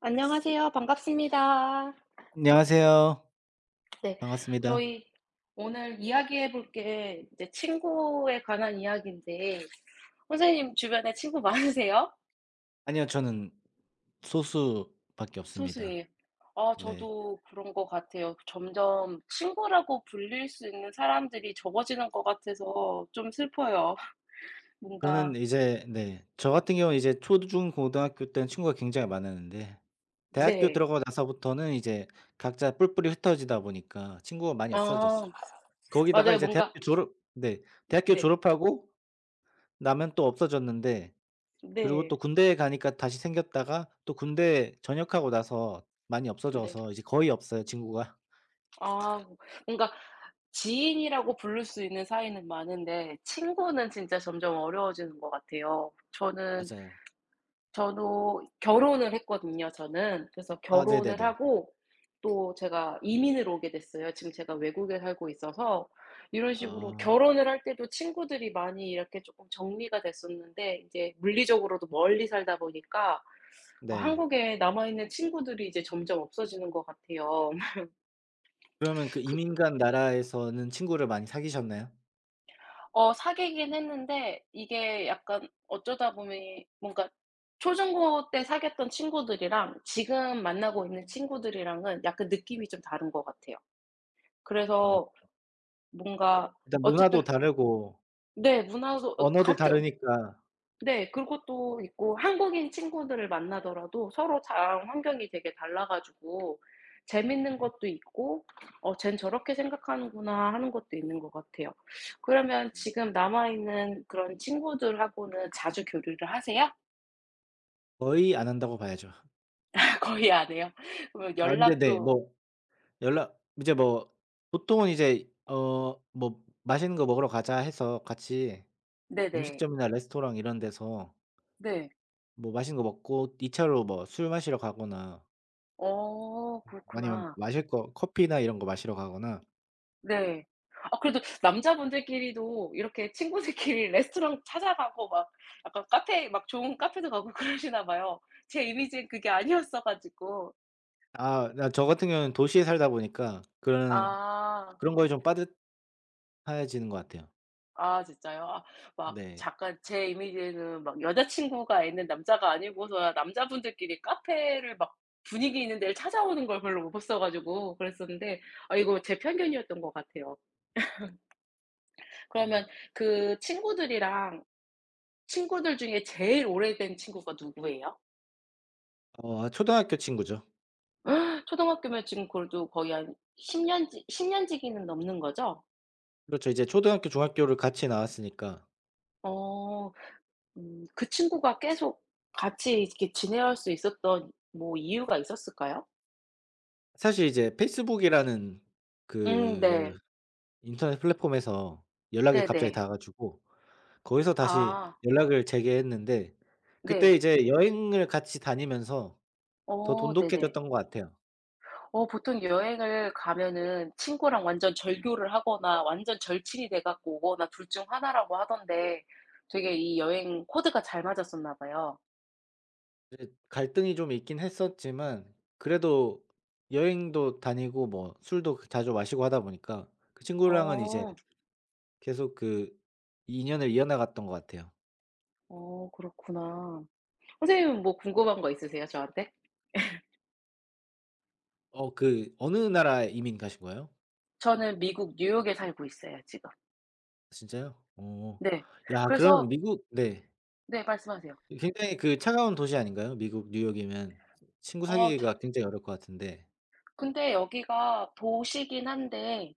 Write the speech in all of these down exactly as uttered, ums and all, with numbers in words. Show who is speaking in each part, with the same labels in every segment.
Speaker 1: 안녕하세요. 반갑습니다.
Speaker 2: 안녕하세요.
Speaker 1: 네.
Speaker 2: 반갑습니다.
Speaker 1: 저희 오늘 이야기해 볼 게 이제 친구에 관한 이야기인데 선생님 주변에 친구 많으세요?
Speaker 2: 아니요. 저는 소수밖에 없습니다.
Speaker 1: 소수예요. 아,
Speaker 2: 네.
Speaker 1: 저도 그런 것 같아요. 점점 친구라고 불릴 수 있는 사람들이 적어지는 것 같아서 좀 슬퍼요. 뭔가
Speaker 2: 저는 이제 네 저 같은 경우는 이제 초중고등학교 때는 친구가 굉장히 많았는데 대학교
Speaker 1: 네.
Speaker 2: 들어가고 나서부터는 이제 각자 뿔뿔이 흩어지다 보니까 친구가 많이 없어졌어요.
Speaker 1: 아
Speaker 2: 거기다가
Speaker 1: 맞아요.
Speaker 2: 이제
Speaker 1: 뭔가
Speaker 2: 대학교 졸업 네 대학교
Speaker 1: 네.
Speaker 2: 졸업하고 나면 또 없어졌는데, 그리고
Speaker 1: 네.
Speaker 2: 또 군대에 가니까 다시 생겼다가 또 군대 전역하고 나서 많이
Speaker 1: 네.
Speaker 2: 없어져서 이제 거의 없어요 친구가.
Speaker 1: 아 뭔가 지인이라고 부를 수 있는 사이는 많은데 친구는 진짜 점점 어려워지는 것 같아요. 저는
Speaker 2: 맞아요.
Speaker 1: 저도 결혼을 했거든요, 저는. 그래서
Speaker 2: 아
Speaker 1: 결혼을
Speaker 2: 네네네.
Speaker 1: 하고 또 제가 이민을 오게 됐어요. 지금 제가 외국에 살고 있어서 이런 식으로
Speaker 2: 아
Speaker 1: 결혼을 할 때도 친구들이 많이 이렇게 조금 정리가 됐었는데 이제 물리적으로도 멀리 살다 보니까 어
Speaker 2: 네.
Speaker 1: 한국에 남아 있는 친구들이 이제 점점 없어지는 것 같아요.
Speaker 2: 그러면 그 이민간 나라에서는 친구를 많이 사귀셨나요?
Speaker 1: 어 사귀긴 했는데 이게 약간 어쩌다 보니 뭔가 초중고 때 사귀었던 친구들이랑 지금 만나고 있는 친구들이랑은 약간 느낌이 좀 다른 것 같아요.
Speaker 2: 어
Speaker 1: 그래서 뭔가
Speaker 2: 일단 문화도
Speaker 1: 어쨌든
Speaker 2: 다르고
Speaker 1: 네 문화도 어
Speaker 2: 언어도
Speaker 1: 같은
Speaker 2: 다르니까.
Speaker 1: 네. 그것도 있고 한국인 친구들을 만나더라도 서로 자랑 환경이 되게 달라 가지고 재밌는 것도 있고 '어 쟨 저렇게 생각하는구나.' 하는 것도 있는 것 같아요. 그러면 지금 남아 있는 그런 친구들하고는 자주 교류를 하세요?
Speaker 2: 거의 안 한다고 봐야죠.
Speaker 1: 거의 안 해요? 그러면
Speaker 2: 아 근데 네
Speaker 1: 연락도
Speaker 2: 뭐 연락 이제 뭐 보통은 이제 어 뭐 "맛있는 거 먹으러 가자." 해서 같이
Speaker 1: 네네.
Speaker 2: 음식점이나 레스토랑 이런 데서
Speaker 1: 네.
Speaker 2: 뭐 맛있는 거 먹고 이 차로 뭐 술 마시러 가거나
Speaker 1: 어
Speaker 2: 아니면
Speaker 1: 그렇구나.
Speaker 2: 마실 거 커피나 이런 거 마시러 가거나.
Speaker 1: 네. 아 그래도 남자분들끼리도 이렇게 친구들끼리 레스토랑 찾아가고 막 약간 카페 막 좋은 카페도 가고 그러시나 봐요. 제 이미지는 그게 아니었어 가지고.
Speaker 2: 아 나 저 같은 경우는 도시에 살다 보니까 그런
Speaker 1: 아.
Speaker 2: 그런 거에 좀 빠듯 하얘지는 것 같아요.
Speaker 1: 아 진짜요? 아 막
Speaker 2: 네.
Speaker 1: 잠깐 제 이미지에는 막 여자친구가 있는 남자가 아니고서야 남자분들끼리 카페를 막 분위기 있는 데를 찾아오는 걸 별로 못 봤어 가지고 그랬었는데 아 이거 제 편견이었던 것 같아요.
Speaker 2: 음.
Speaker 1: 그러면 그 친구들이랑 친구들 중에 제일 오래된 친구가 누구예요?
Speaker 2: 어 초등학교 친구죠.
Speaker 1: 초등학교면 지금 그래도 거의 한 십 년지 년지기는 넘는 거죠?
Speaker 2: 그렇죠. 이제 초등학교 중학교를 같이 나왔으니까.
Speaker 1: 어. 음 그 친구가 계속 같이 이렇게 지내할 수 있었던 뭐 이유가 있었을까요?
Speaker 2: 사실 이제 페이스북이라는
Speaker 1: 음
Speaker 2: 그
Speaker 1: 네.
Speaker 2: 인터넷 플랫폼에서 연락이 갑자기
Speaker 1: 네네.
Speaker 2: 닿아 가지고 거기서 다시
Speaker 1: 아
Speaker 2: 연락을 재개했는데, 그때
Speaker 1: 네.
Speaker 2: 이제 여행을 같이 다니면서 더
Speaker 1: 어 네네.
Speaker 2: 돈독해졌던 것 같아요.
Speaker 1: 어 보통 여행을 가면은 친구랑 완전 절교를 하거나 완전 절친이 돼 갖고 오거나 둘 중 하나라고 하던데 되게 이 여행 코드가 잘 맞았었나 봐요.
Speaker 2: 갈등이 좀 있긴 했었지만 그래도 여행도 다니고 뭐 술도 그 자주 마시고 하다 보니까 그 친구랑은 이제
Speaker 1: 어.
Speaker 2: 계속 그 인연을 이어나갔던 것 같아요.
Speaker 1: 어 그렇구나. 선생님은 뭐 궁금한 거 있으세요, 저한테?
Speaker 2: 어 그 어느 나라에 이민 가신 거예요?
Speaker 1: 저는 미국 뉴욕에 살고 있어요, 지금.
Speaker 2: 진짜요? 어.
Speaker 1: 네.
Speaker 2: 야 그러면
Speaker 1: 그래서
Speaker 2: 미국 네.
Speaker 1: 네 말씀하세요.
Speaker 2: 굉장히 그 차가운 도시 아닌가요? 미국 뉴욕이면 친구
Speaker 1: 어 저
Speaker 2: 사귀기가 굉장히 어려울 것 같은데.
Speaker 1: 근데 여기가 도시긴 한데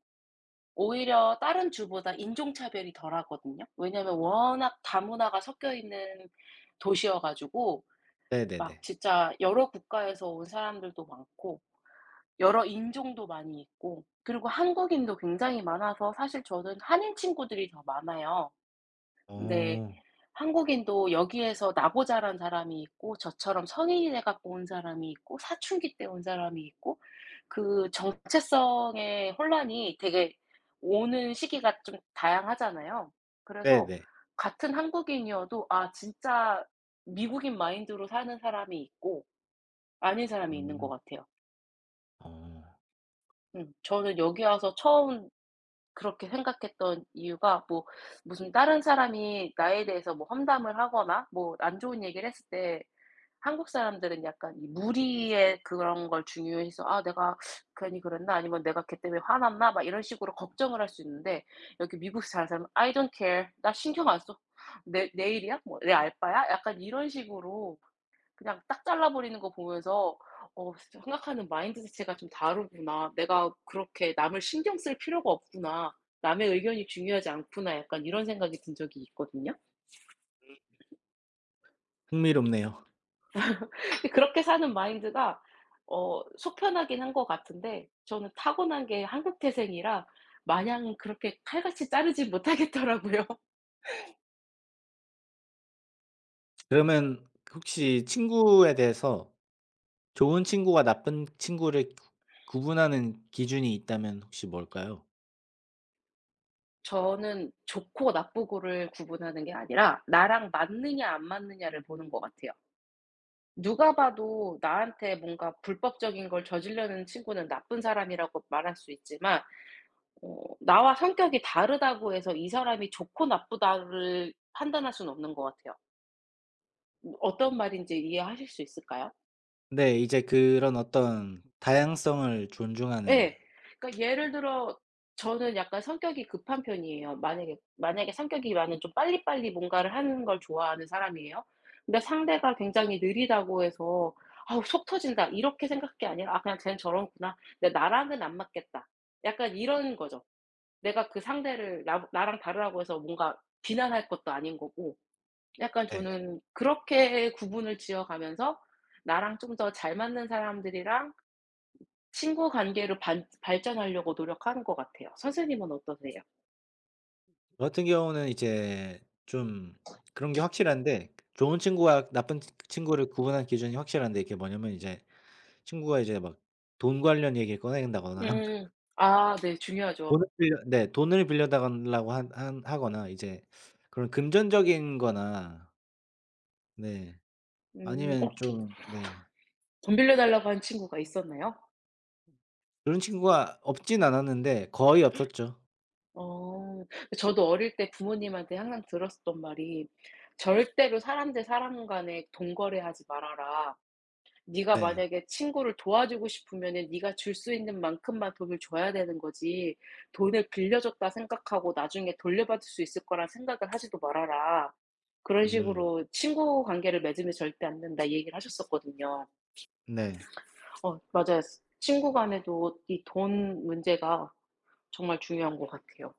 Speaker 1: 오히려 다른 주보다 인종차별이 덜하거든요. 왜냐면 워낙 다문화가 섞여 있는 도시여 가지고 막
Speaker 2: 네네네.
Speaker 1: 진짜 여러 국가에서 온 사람들도 많고 여러 인종도 많이 있고 그리고 한국인도 굉장히 많아서 사실 저는 한인 친구들이 더 많아요. 근데
Speaker 2: 어.
Speaker 1: 한국인도 여기에서 나고자란 사람이 있고 저처럼 성인이 돼 갖고 온 사람이 있고 사춘기 때 온 사람이 있고 그 정체성의 혼란이 되게 오는 시기가 좀 다양하잖아요. 그래서
Speaker 2: 네네.
Speaker 1: 같은 한국인이어도 아 진짜 미국인 마인드로 사는 사람이 있고 아닌 사람이 있는 것
Speaker 2: 음.
Speaker 1: 같아요.
Speaker 2: 어.
Speaker 1: 음. 저는 여기 와서 처음 그렇게 생각했던 이유가 뭐 무슨 다른 사람이 나에 대해서 뭐 험담을 하거나 뭐 안 좋은 얘기를 했을 때 한국 사람들은 약간 이 무리의 그런 걸 중요해서 '아 내가 괜히 그랬나?' 아니면 '내가 걔 때문에 화났나?' 막 이런 식으로 걱정을 할 수 있는데 여기 미국에서 사는 사람은 "I don't care. 나 신경 안 써. 내 내 일이야? 뭐 내 알바야?" 약간 이런 식으로 그냥 딱 잘라 버리는 거 보면서 어 생각하는 마인드 자체가 좀 다르구나. '내가 그렇게 남을 신경 쓸 필요가 없구나. 남의 의견이 중요하지 않구나.' 약간 이런 생각이 든 적이 있거든요.
Speaker 2: 흥미롭네요.
Speaker 1: 근데 그렇게 사는 마인드가 어 속 편하긴 한 것 같은데 저는 타고난 게 한국 태생이라 마냥 그렇게 칼같이 자르지 못하겠더라고요.
Speaker 2: 그러면 혹시 친구에 대해서 좋은 친구와 나쁜 친구를 구 구분하는 기준이 있다면 혹시 뭘까요?
Speaker 1: 저는 좋고 나쁘고를 구분하는 게 아니라 나랑 맞느냐 안 맞느냐를 보는 것 같아요. 누가 봐도 나한테 뭔가 불법적인 걸 저지르는 친구는 나쁜 사람이라고 말할 수 있지만 어 나와 성격이 다르다고 해서 이 사람이 좋고 나쁘다를 판단할 수는 없는 것 같아요. 어떤 말인지 이해하실 수 있을까요?
Speaker 2: 네. 이제 그런 어떤 다양성을 존중하는.
Speaker 1: 예. 그러니까 예를 들어 저는 약간 성격이 급한 편이에요. 만약에 만약에 성격이 나는 좀 빨리빨리 뭔가를 하는 걸 좋아하는 사람이에요. 근데 상대가 굉장히 느리다고 해서 '아우 속 터진다.' 이렇게 생각한 게 아니라 '아 그냥 쟤는 저런구나. 근데 나랑은 안 맞겠다.' 약간 이런 거죠. 내가 그 상대를 나 나랑 다르다고 해서 뭔가 비난할 것도 아닌 거고 약간
Speaker 2: 네.
Speaker 1: 저는 그렇게 구분을 지어 가면서 나랑 좀 더 잘 맞는 사람들이랑 친구 관계로 반 발전하려고 노력하는 것 같아요. 선생님은 어떠세요?
Speaker 2: 저 같은 경우는 이제 좀 그런 게 확실한데, 좋은 친구와 나쁜 치 친구를 구분하는 기준이 확실한데, 이게 뭐냐면 이제 친구가 이제 막 돈 관련 얘기를 꺼낸다거나
Speaker 1: 음. 아 네 중요하죠.
Speaker 2: 돈을 빌려 네. 돈을 빌려 달라고 한 한 하거나 이제 그런 금전적인 거나 네
Speaker 1: 음.
Speaker 2: 아니면
Speaker 1: 어
Speaker 2: 좀 네.
Speaker 1: 돈 빌려 달라고 한 친구가 있었나요?
Speaker 2: 그런 친구가 없진 않았는데 거의 없었죠.
Speaker 1: 어. 저도 어릴 때 부모님한테 항상 들었었던 말이 "절대로 사람 대 사람 간에 돈 거래하지 말아라." 네가
Speaker 2: 네.
Speaker 1: 만약에 친구를 도와주고 싶으면은 네가 줄 수 있는 만큼만 돈을 줘야 되는 거지 돈을 빌려줬다 생각하고 나중에 돌려받을 수 있을 거란 생각을 하지도 말아라. 그런
Speaker 2: 음.
Speaker 1: 식으로 친구 관계를 맺으면 절대 안 된다 이 얘기를 하셨었거든요.
Speaker 2: 네.
Speaker 1: 어 맞아요. 친구 간에도 이 돈 문제가 정말 중요한 것 같아요.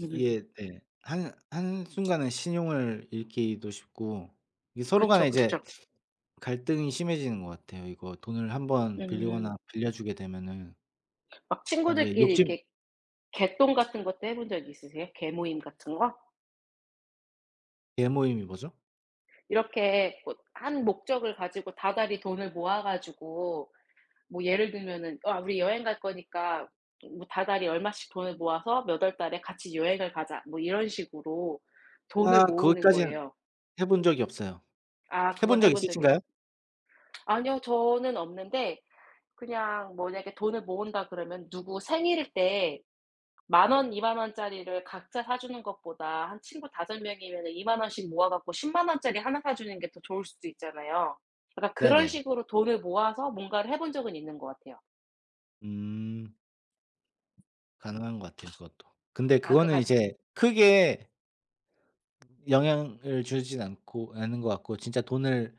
Speaker 1: 음.
Speaker 2: 이게 네. 한 한순간에 신용을 잃기도 쉽고 이게 서로 간에
Speaker 1: 그쵸,
Speaker 2: 이제
Speaker 1: 그쵸.
Speaker 2: 갈등이 심해지는 것 같아요. 이거 돈을 한번
Speaker 1: 음.
Speaker 2: 빌리거나 빌려주게 되면은
Speaker 1: 막
Speaker 2: 이게
Speaker 1: 친구들끼리
Speaker 2: 욕심.
Speaker 1: 이렇게 갯돈 같은 것도 해본 적 있으세요? 개 모임 같은 거?
Speaker 2: 대모임이 뭐죠?
Speaker 1: 이렇게 뭐 한 목적을 가지고 다달이 돈을 모아 가지고 뭐 예를 들면은 "아 우리 여행 갈 거니까 뭐 다달이 얼마씩 돈을 모아서 몇 월 달에 같이 여행을 가자." 뭐 이런 식으로 돈을
Speaker 2: 아
Speaker 1: 모으는
Speaker 2: 거기까지는
Speaker 1: 거예요.
Speaker 2: 해본 적이 없어요.
Speaker 1: 아
Speaker 2: 해본
Speaker 1: 그건 해
Speaker 2: 적
Speaker 1: 본 적이
Speaker 2: 있으신가요?
Speaker 1: 없어. 아니요. 저는 없는데 그냥 만약에 돈을 모은다 그러면 누구 생일일 때 만 원, 이만 원짜리를 각자 사 주는 것보다 한 친구 다섯 명이면이2 원씩 모아 갖고 일 공 원짜리 하나 사 주는 게 더 좋을 수도 있잖아요. 약간 그런
Speaker 2: 네네.
Speaker 1: 식으로 돈을 모아서 뭔가를 해본 적은 있는 것 같아요.
Speaker 2: 음. 가능한 것 같아요 그것도. 근데
Speaker 1: 아 그 가
Speaker 2: 그거는 이제 크게 영향을 주진 않고 않는 것 같고, 진짜 돈을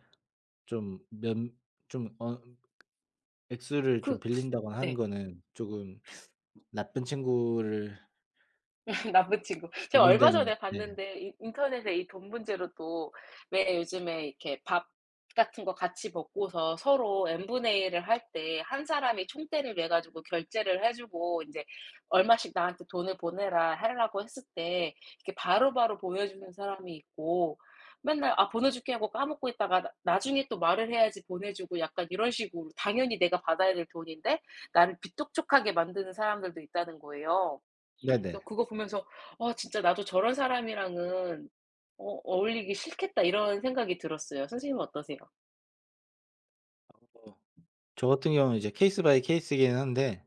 Speaker 2: 좀 면 좀 어 액수를 좀
Speaker 1: 그
Speaker 2: 빌린다거나 하는
Speaker 1: 네.
Speaker 2: 거는 조금 나쁜 친구를
Speaker 1: 나쁜 친구. 제가 얼마
Speaker 2: 구분되는
Speaker 1: 전에
Speaker 2: 네.
Speaker 1: 봤는데 이 인터넷에 이 돈 문제로 또 왜 요즘에 이렇게 밥 같은 거 같이 먹고서 서로 n분의 를을할 때 한 사람이 총대를 매 가지고 결제를 해 주고 인제 "얼마씩 나한테 돈을 보내라." 하려고 했을 때 이렇게 바로바로 보내주는 사람이 있고 맨날 '아 보내줄게.' 하고 까먹고 있다가 나 나중에 또 말을 해야지 보내주고 약간 이런 식으로 당연히 내가 받아야 될 돈인데 나를 비뚝촉하게 만드는 사람들도 있다는 거예요.
Speaker 2: 네네.
Speaker 1: 그래서 그거 보면서 '아 진짜 나도 저런 사람이랑은 어 어울리기 싫겠다.' 이런 생각이 들었어요. 선생님은 어떠세요?
Speaker 2: 뭐 저 같은 경우는 이제 케이스 바이 케이스이긴 한데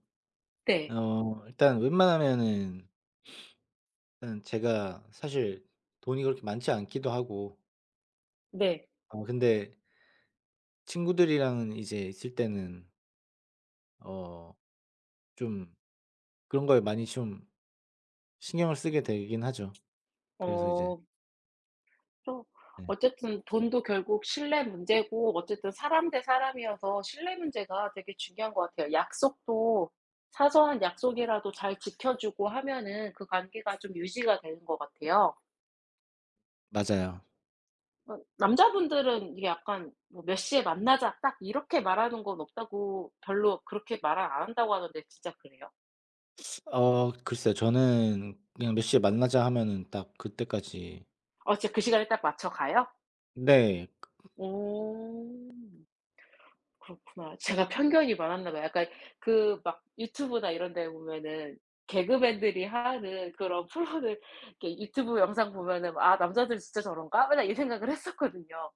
Speaker 1: 네.
Speaker 2: 어 일단 웬만하면은 일단 제가 사실 돈이 그렇게 많지 않기도 하고
Speaker 1: 네.
Speaker 2: 어 근데 친구들이랑 이제 있을 때는 어 좀 그런 거에 많이 좀 신경을 쓰게 되긴 하죠. 그래서 이제
Speaker 1: 어 또
Speaker 2: 네.
Speaker 1: 어쨌든 돈도 결국 신뢰 문제고 어쨌든 사람 대 사람이어서 신뢰 문제가 되게 중요한 것 같아요. 약속도 사소한 약속이라도 잘 지켜 주고 하면은 그 관계가 좀 유지가 되는 것 같아요.
Speaker 2: 맞아요.
Speaker 1: 어 남자분들은 이게 약간 뭐 "몇 시에 만나자." 딱 이렇게 말하는 건 없다고 별로 그렇게 말을 안 한다고 하던데 진짜 그래요?
Speaker 2: 어 글쎄요. 저는 그냥 몇 시에 만나자 하면은 딱 그때까지.
Speaker 1: 어 진짜 그 시간에 딱 맞춰 가요?
Speaker 2: 네.
Speaker 1: 오. 그렇구나. 제가 편견이 많았나 봐요. 약간 그 막 유튜브나 이런 데 보면은 개그맨들이 하는 그런 프로들 이렇게 유튜브 영상 보면은 '아 남자들 진짜 저런가?' 맨날 이 생각을 했었거든요.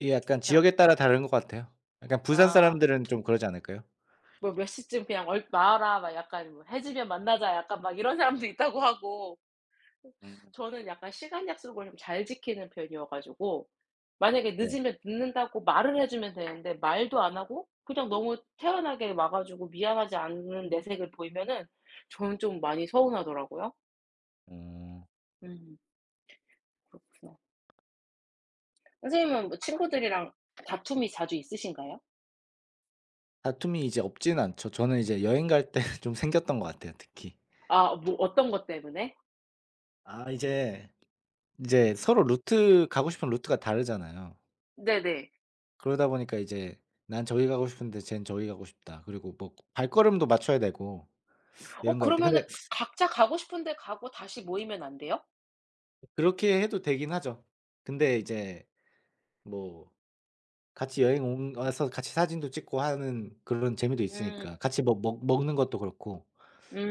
Speaker 2: 이게 약간
Speaker 1: 제가
Speaker 2: 지역에 따라 다른 것 같아요. 약간 부산
Speaker 1: 아
Speaker 2: 사람들은 좀 그러지 않을까요?
Speaker 1: 뭐 몇 시쯤 그냥 얼 나와라 막 약간 뭐 "해지면 만나자." 약간 막 이런 사람도 있다고 하고
Speaker 2: 음.
Speaker 1: 저는 약간 시간 약속을 좀 잘 지키는 편이어 가지고 만약에
Speaker 2: 네.
Speaker 1: 늦으면 늦는다고 말을 해 주면 되는데 말도 안 하고 그냥 너무 태연하게 와 가지고 미안하지 않은 내색을 보이면은 저는 좀 많이 서운하더라고요.
Speaker 2: 음.
Speaker 1: 음 그렇구나. 선생님은 뭐 친구들이랑 다툼이 자주 있으신가요?
Speaker 2: 다툼이 이제 없진 않죠. 저는 이제 여행 갈 때 좀 생겼던 것 같아요 특히.
Speaker 1: 아 뭐 어떤 것 때문에?
Speaker 2: 아 이제 이제 서로 루트 가고 싶은 루트가 다르잖아요.
Speaker 1: 네네.
Speaker 2: 그러다 보니까 이제 "난 저기 가고 싶은데 쟨 저기 가고 싶다." 그리고 뭐 발걸음도 맞춰야 되고
Speaker 1: 어
Speaker 2: 여행 갈 때.
Speaker 1: 그러면은
Speaker 2: 근데
Speaker 1: 각자 가고 싶은데 가고 다시 모이면 안 돼요?
Speaker 2: 그렇게 해도 되긴 하죠. 근데 이제 뭐 같이 여행 온 와서 같이 사진도 찍고 하는 그런 재미도
Speaker 1: 음.
Speaker 2: 있으니까. 같이 뭐 먹
Speaker 1: 어.
Speaker 2: 먹는 것도 그렇고.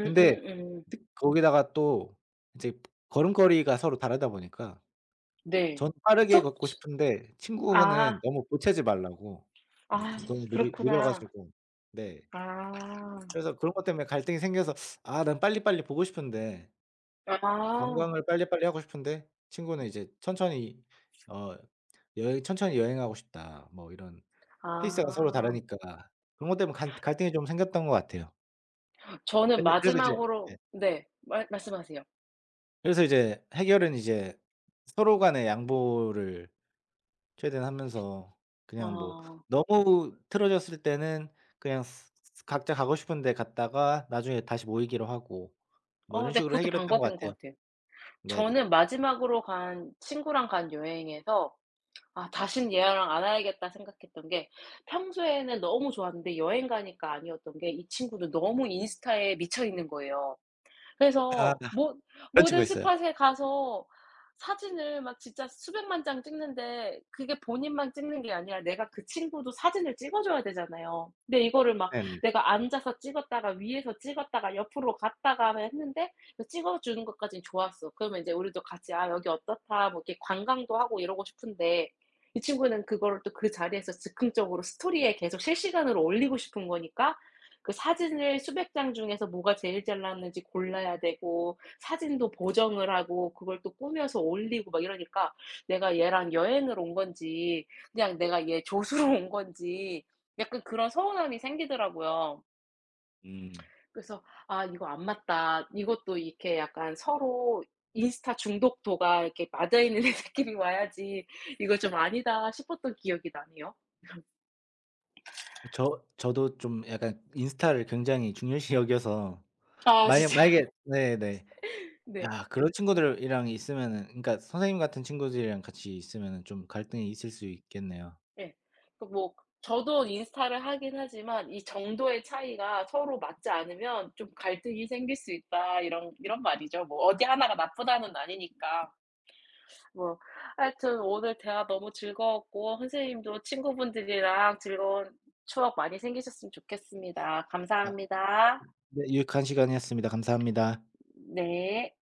Speaker 2: 근데 특 거기다가 또 이제 걸음걸이가 서로 다르다 보니까
Speaker 1: 네.
Speaker 2: 저는 빠르게
Speaker 1: 석
Speaker 2: 걷고 싶은데
Speaker 1: 아.
Speaker 2: 친구는 너무 보채지 말라고. 너
Speaker 1: 아
Speaker 2: 너무 느리 느려
Speaker 1: 그렇구나.
Speaker 2: 가지고 네.
Speaker 1: 아.
Speaker 2: 그래서 그런 것 때문에 갈등이 생겨서 아 난 빨리빨리 보고 싶은데
Speaker 1: 아.
Speaker 2: 관광을 빨리빨리 하고 싶은데 친구는 이제 천천히 어 여행 "천천히 여행하고 싶다." 뭐 이런 페이스가 서로
Speaker 1: 아.
Speaker 2: 다르니까. 그런 것 때문에 간 갈등이 좀 생겼던 것 같아요.
Speaker 1: 저는
Speaker 2: 근데 그래서 이제 예
Speaker 1: 마지막으로 네. 말 말씀하세요.
Speaker 2: 그래서 이제 해결은 이제 서로 간의 양보를 최대한 하면서 그냥 뭐
Speaker 1: 아.
Speaker 2: 너무 틀어졌을 때는 그냥 스 스 각자 가고 싶은 데 갔다가 나중에 다시 모이기로 하고 뭐
Speaker 1: 어
Speaker 2: 이런
Speaker 1: 네
Speaker 2: 식으로
Speaker 1: 그것도
Speaker 2: 해결했던 것
Speaker 1: 방법인 것
Speaker 2: 같아요.
Speaker 1: 같아요.
Speaker 2: 네네.
Speaker 1: 저는 마지막으로 간 친구랑 간 여행에서 '아 다신 얘랑 안 와야겠다.' 생각했던 게 평소에는 너무 좋았는데 여행 가니까 아니었던 게 이 친구는 너무 인스타에 미쳐 있는 거예요.
Speaker 2: 아
Speaker 1: 그래서 모
Speaker 2: 그런 친구
Speaker 1: 모든
Speaker 2: 있어요.
Speaker 1: 스팟에 가서 사진을 막 진짜 수백만 장 찍는데 그게 본인만 찍는 게 아니라 내가 그 친구도 사진을 찍어 줘야 되잖아요. 근데 이거를 막
Speaker 2: 네네.
Speaker 1: 내가 앉아서 찍었다가 위에서 찍었다가 옆으로 갔다가 했는데 그 찍어 주는 것까지는 좋았어. 그러면 이제 우리도 같이 "아 여기 어떻다." 뭐 이렇게 관광도 하고 이러고 싶은데 이 친구는 그거를 또 그 자리에서 즉흥적으로 스토리에 계속 실시간으로 올리고 싶은 거니까 그 사진을 수백 장 중에서 뭐가 제일 잘 나왔는지 골라야 되고 사진도 보정을 하고 그걸 또 꾸며서 올리고 막 이러니까 내가 얘랑 여행을 온 건지 그냥 내가 얘 조수로 온 건지 약간 그런 서운함이 생기더라고요.
Speaker 2: 음.
Speaker 1: 그래서 '아 이거 안 맞다.' 이것도 이렇게 약간 서로 인스타 중독도가 이렇게 맞아 있는 애들끼리 와야지 이거 좀 아니다 싶었던 기억이 나네요.
Speaker 2: 저 저도 좀 약간 인스타를 굉장히 중요시 여겨서
Speaker 1: 아 진
Speaker 2: 만약
Speaker 1: 짜
Speaker 2: 만약에 네네.
Speaker 1: 네.
Speaker 2: 야 그런 친구들이랑 있으면은, 그러니까 선생님 같은 친구들이랑 같이 있으면은 좀 갈등이 있을 수 있겠네요.
Speaker 1: 예. 그 뭐 저도 인스타를 하긴 하지만 이 정도의 차이가 서로 맞지 않으면 좀 갈등이 생길 수 있다 이런 이런 말이죠. 뭐 어디 하나가 나쁘다는 아니니까. 뭐 하여튼 오늘 대화 너무 즐거웠고 선생님도 친구분들이랑 즐거운 추억 많이 생기셨으면 좋겠습니다.
Speaker 2: 아
Speaker 1: 감사합니다.
Speaker 2: 네 유익한 시간이었습니다. 감사합니다.
Speaker 1: 네.